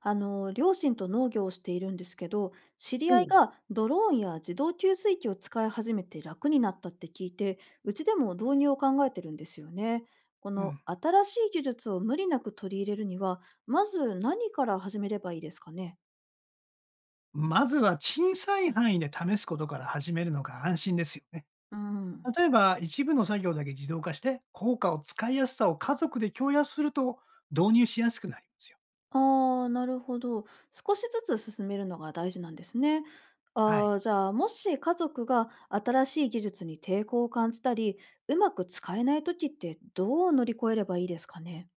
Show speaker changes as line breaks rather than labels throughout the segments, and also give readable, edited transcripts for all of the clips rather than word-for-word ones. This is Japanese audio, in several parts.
両親と農業をしているんですけど、知り
お
合い
う。
がドローンや自動給水器を使い始めて楽になったって聞いて、うちでも導入を考えてるんですよね。こ
う
の
ん。
新しい技術を無理なく取り入れるには、まず何から始めればいいですかね。
まずは小さい範囲で試すことから始めるのが安心ですよね。
うん。
例えば、一部の作業だけ自動化して、効果を使いやすさを家族で共有すると導入しやすくなりますよ。
ああ、なるほど。少しずつ進めるのが大事なんですね。
は
あ
い。
あ、じゃあ、もし家族が新しい技術に抵抗を感じたり、うまく使えない時ってどう乗り越えればいいですかね。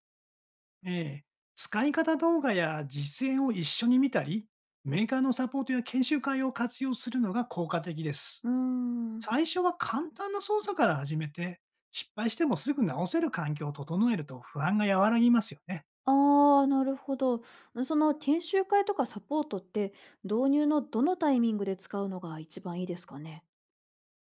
ええ使い方動画や実演を一緒に見たり、メーカーのサポートや研修会を活用するのが効果的です。
うーん。
最初は簡単な操作から始めて、失敗してもすぐ直せる環境を整えると不安が和らぎますよね。
ああ、なるほど。その研修会とかサポートって導入のどのタイミングで使うのが一番いいですかね？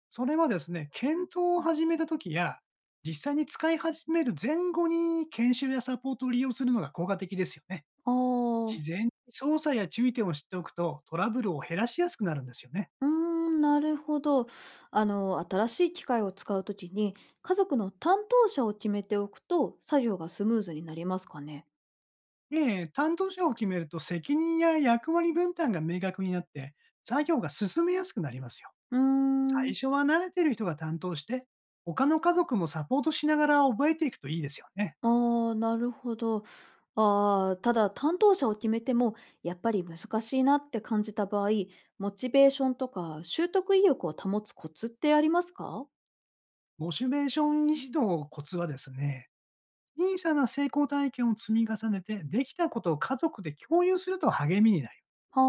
それはですね、検討を始めた時や、実際に使い始める前後に研修やサポートを利用するのが効果的ですよね。
ああ。
事前に操作や注意点を知っておくと、トラブルを減らしやすくなるんですよね。
うーん、なるほど。新しい機械を使うときに、家族の担当者を決めておくと、作業がスムーズになりますかね？
で、担当者を決めると責任や役割分担が明確になって、作業が進めやすくなりますよ。
うー
最
ん。
初は慣れてる人が担当して、他の家族もサポートしながら覚えていくといいですよね。
ああ、なるほど。ああ、ただ担当者を決めても、やっぱり難しいなって感じた場合、モチベーションとか習得意欲を保つコツってありますか？
モチベーション指導コツはですね、小さな成功体験を積み重ねて、できたことを家族で共有すると励みになる。
は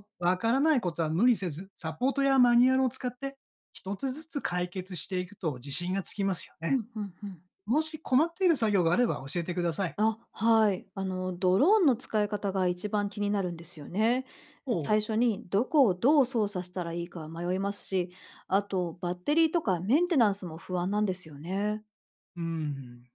あ。
わからないことは無理せず、サポートやマニュアルを使って、一つずつ解決していくと自信がつきますよ
う
ね。
んうんうん。
もし困っている作業があれば教えてください。
あ、はい。ドローンの使い方が一番気になるんですよね。
おう。
最初にどこをどう操作したらいいか迷いますし、あとバッテリーとかメンテナンスも不安なんですよね。
うん。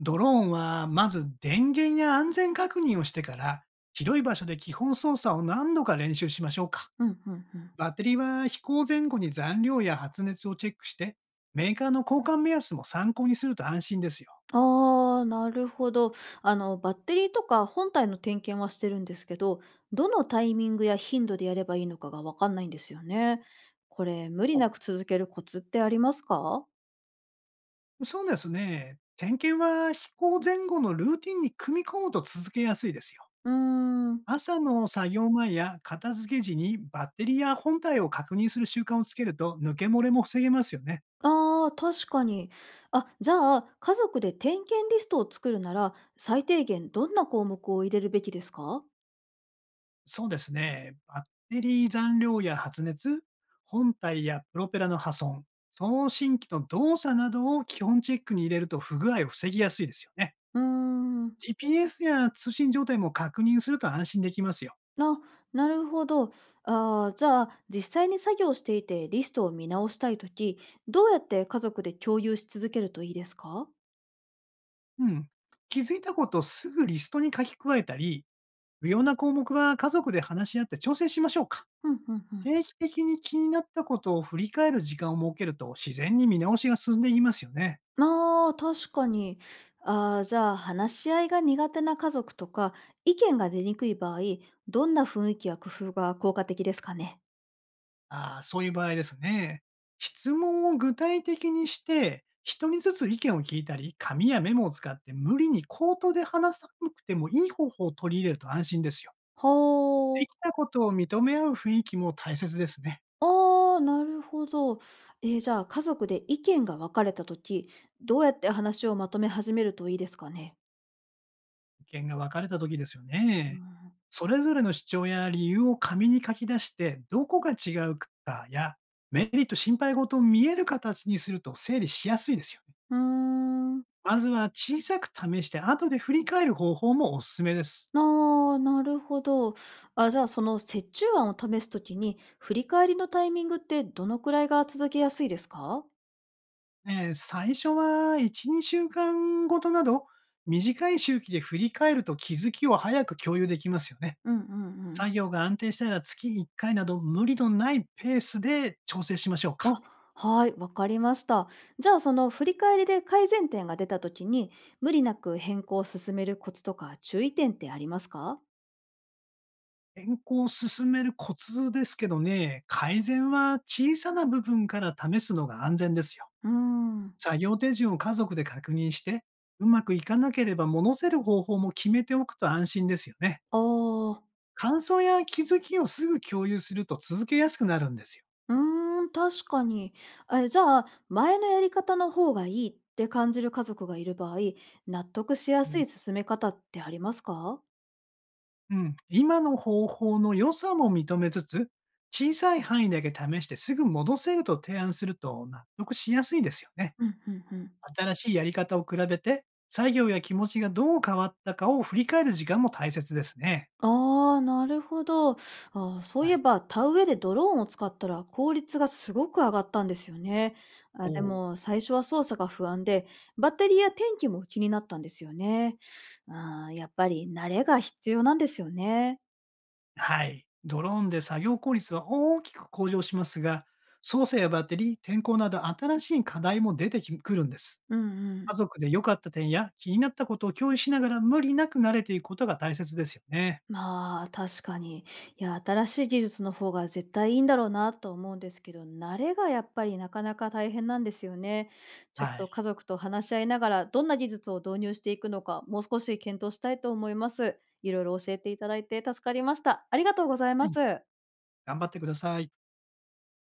ドローンは、まず電源や安全確認をしてから、広い場所で基本操作を何度か練習しましょうか。
うんうんうん。
バッテリーは飛行前後に残量や発熱をチェックして、メーカーの交換目安も参考にすると安心ですよ。
ああ、なるほど。バッテリーとか本体の点検はしてるんですけど、どのタイミングや頻度でやればいいのかがわかんないんですよね。これ、無理
お、
なく続けるコツってありますか。
そうですね。点検は飛行前後のルーティンに組み込むと続けやすいですよ。
うーん。
朝の作業前や片付け時にバッテリーや本体を確認する習慣をつけると抜け漏れも防げますよね。
ああ、確かに。あ、じゃあ、家族で点検リストを作るなら、最低限どんな項目を入れるべきですか。
そうですね。バッテリー残量や発熱、本体やプロペラの破損、送信機の動作などを基本チェックに入れると不具合を防ぎやすいですよね。
うーん。
GPS や通信状態も確認すると安心できますよ。
あ、なるほど。ああ、じゃあ、実際に作業していてリストを見直したいとき、どうやって家族で共有し続けるといいですか。
うん。気づいたことをすぐリストに書き加えたり、不要な項目は家族で話し合って調整しましょうか。
うん、うん、うん。
定期的に気になったことを振り返る時間を設けると自然に見直しが進んでいきますよね。
まあ、確かに。ああ、じゃあ、話し合いが苦手な家族とか、意見が出にくい場合、どんな雰囲気や工夫が効果的ですかね。
ああ、そういう場合ですね。質問を具体的にして、一人ずつ意見を聞いたり、紙やメモを使って無理に口頭で話さなくてもいい方法を取り入れると安心ですよ。
は
でき
あ、
たことを認め合う雰囲気も大切ですね。
ああ、なるほど。じゃあ、家族で意見が分かれたとき、どうやって話をまとめ始めるといいですかね。
意見が分かれた時ですよ
う
ね。
ん。
それぞれの主張や理由を紙に書き出して、どこが違うかや、メリット、心配事を見える形にすると整理しやすいですよね。
うーん。
まずは小さく試して、後で振り返る方法もおすすめです。
ああ、なるほど。あ、じゃあその折衷案を試すときに、振り返りのタイミングってどのくらいが続けやすいですか？
最初は1、2週間ごとなど、短い周期で振り返ると気づきを早く共有できますよね。
うんうんうん。
作業が安定したら月1回など無理のないペースで調整しましょうか。
はい、わかりました。じゃあその振り返りで改善点が出たときに、無理なく変更を進めるコツとか注意点ってありますか？
健康を進めるコツですけどね、改善は小さな部分から試すのが安全ですよ。
うーん。
作業手順を家族で確認して、うまくいかなければ戻せる方法も決めておくと安心ですよね。
ああ、
感想や気づきをすぐ共有すると続けやすくなるんですよ。
うーん、確かに。え、じゃあ、前のやり方の方がいいって感じる家族がいる場合、納得しや
う
す
ん。
い進め方ってありますか？
うん、今の方法の良さも認めつつ、小さい範囲だけ試してすぐ戻せると提案すると納得しやすいですよね。
うん、うんうん。
新しいやり方を比べて、作業や気持ちがどう変わったかを振り返る時間も大切ですね。
ああ、なるほど。あーそう
は
いえ
い。
ば、田植えでドローンを使ったら効率がすごく上がったんですよね。
お
あ、で
ー
も、最初は操作が不安で、バッテリーや天気も気になったんですよね。ああ、やっぱり慣れが必要なんですよね。
はい。ドローンで作業効率は大きく向上しますが、操作やバッテリー、天候など新しい課題も出てきくるんです。
うんう
家
ん。
族で良かった点や気になったことを共有しながら無理なく慣れていくことが大切ですよね。
まあ、確かに。いや、新しい技術の方が絶対いいんだろうなと思うんですけど、慣れがやっぱりなかなか大変なんですよね。ちょっ
は
と家
い。
族と話し合いながら、どんな技術を導入していくのか、もう少し検討したいと思います。いろいろ教えていただいて助かりました。ありがとうござい
は
ま
い、
す。
頑張ってください。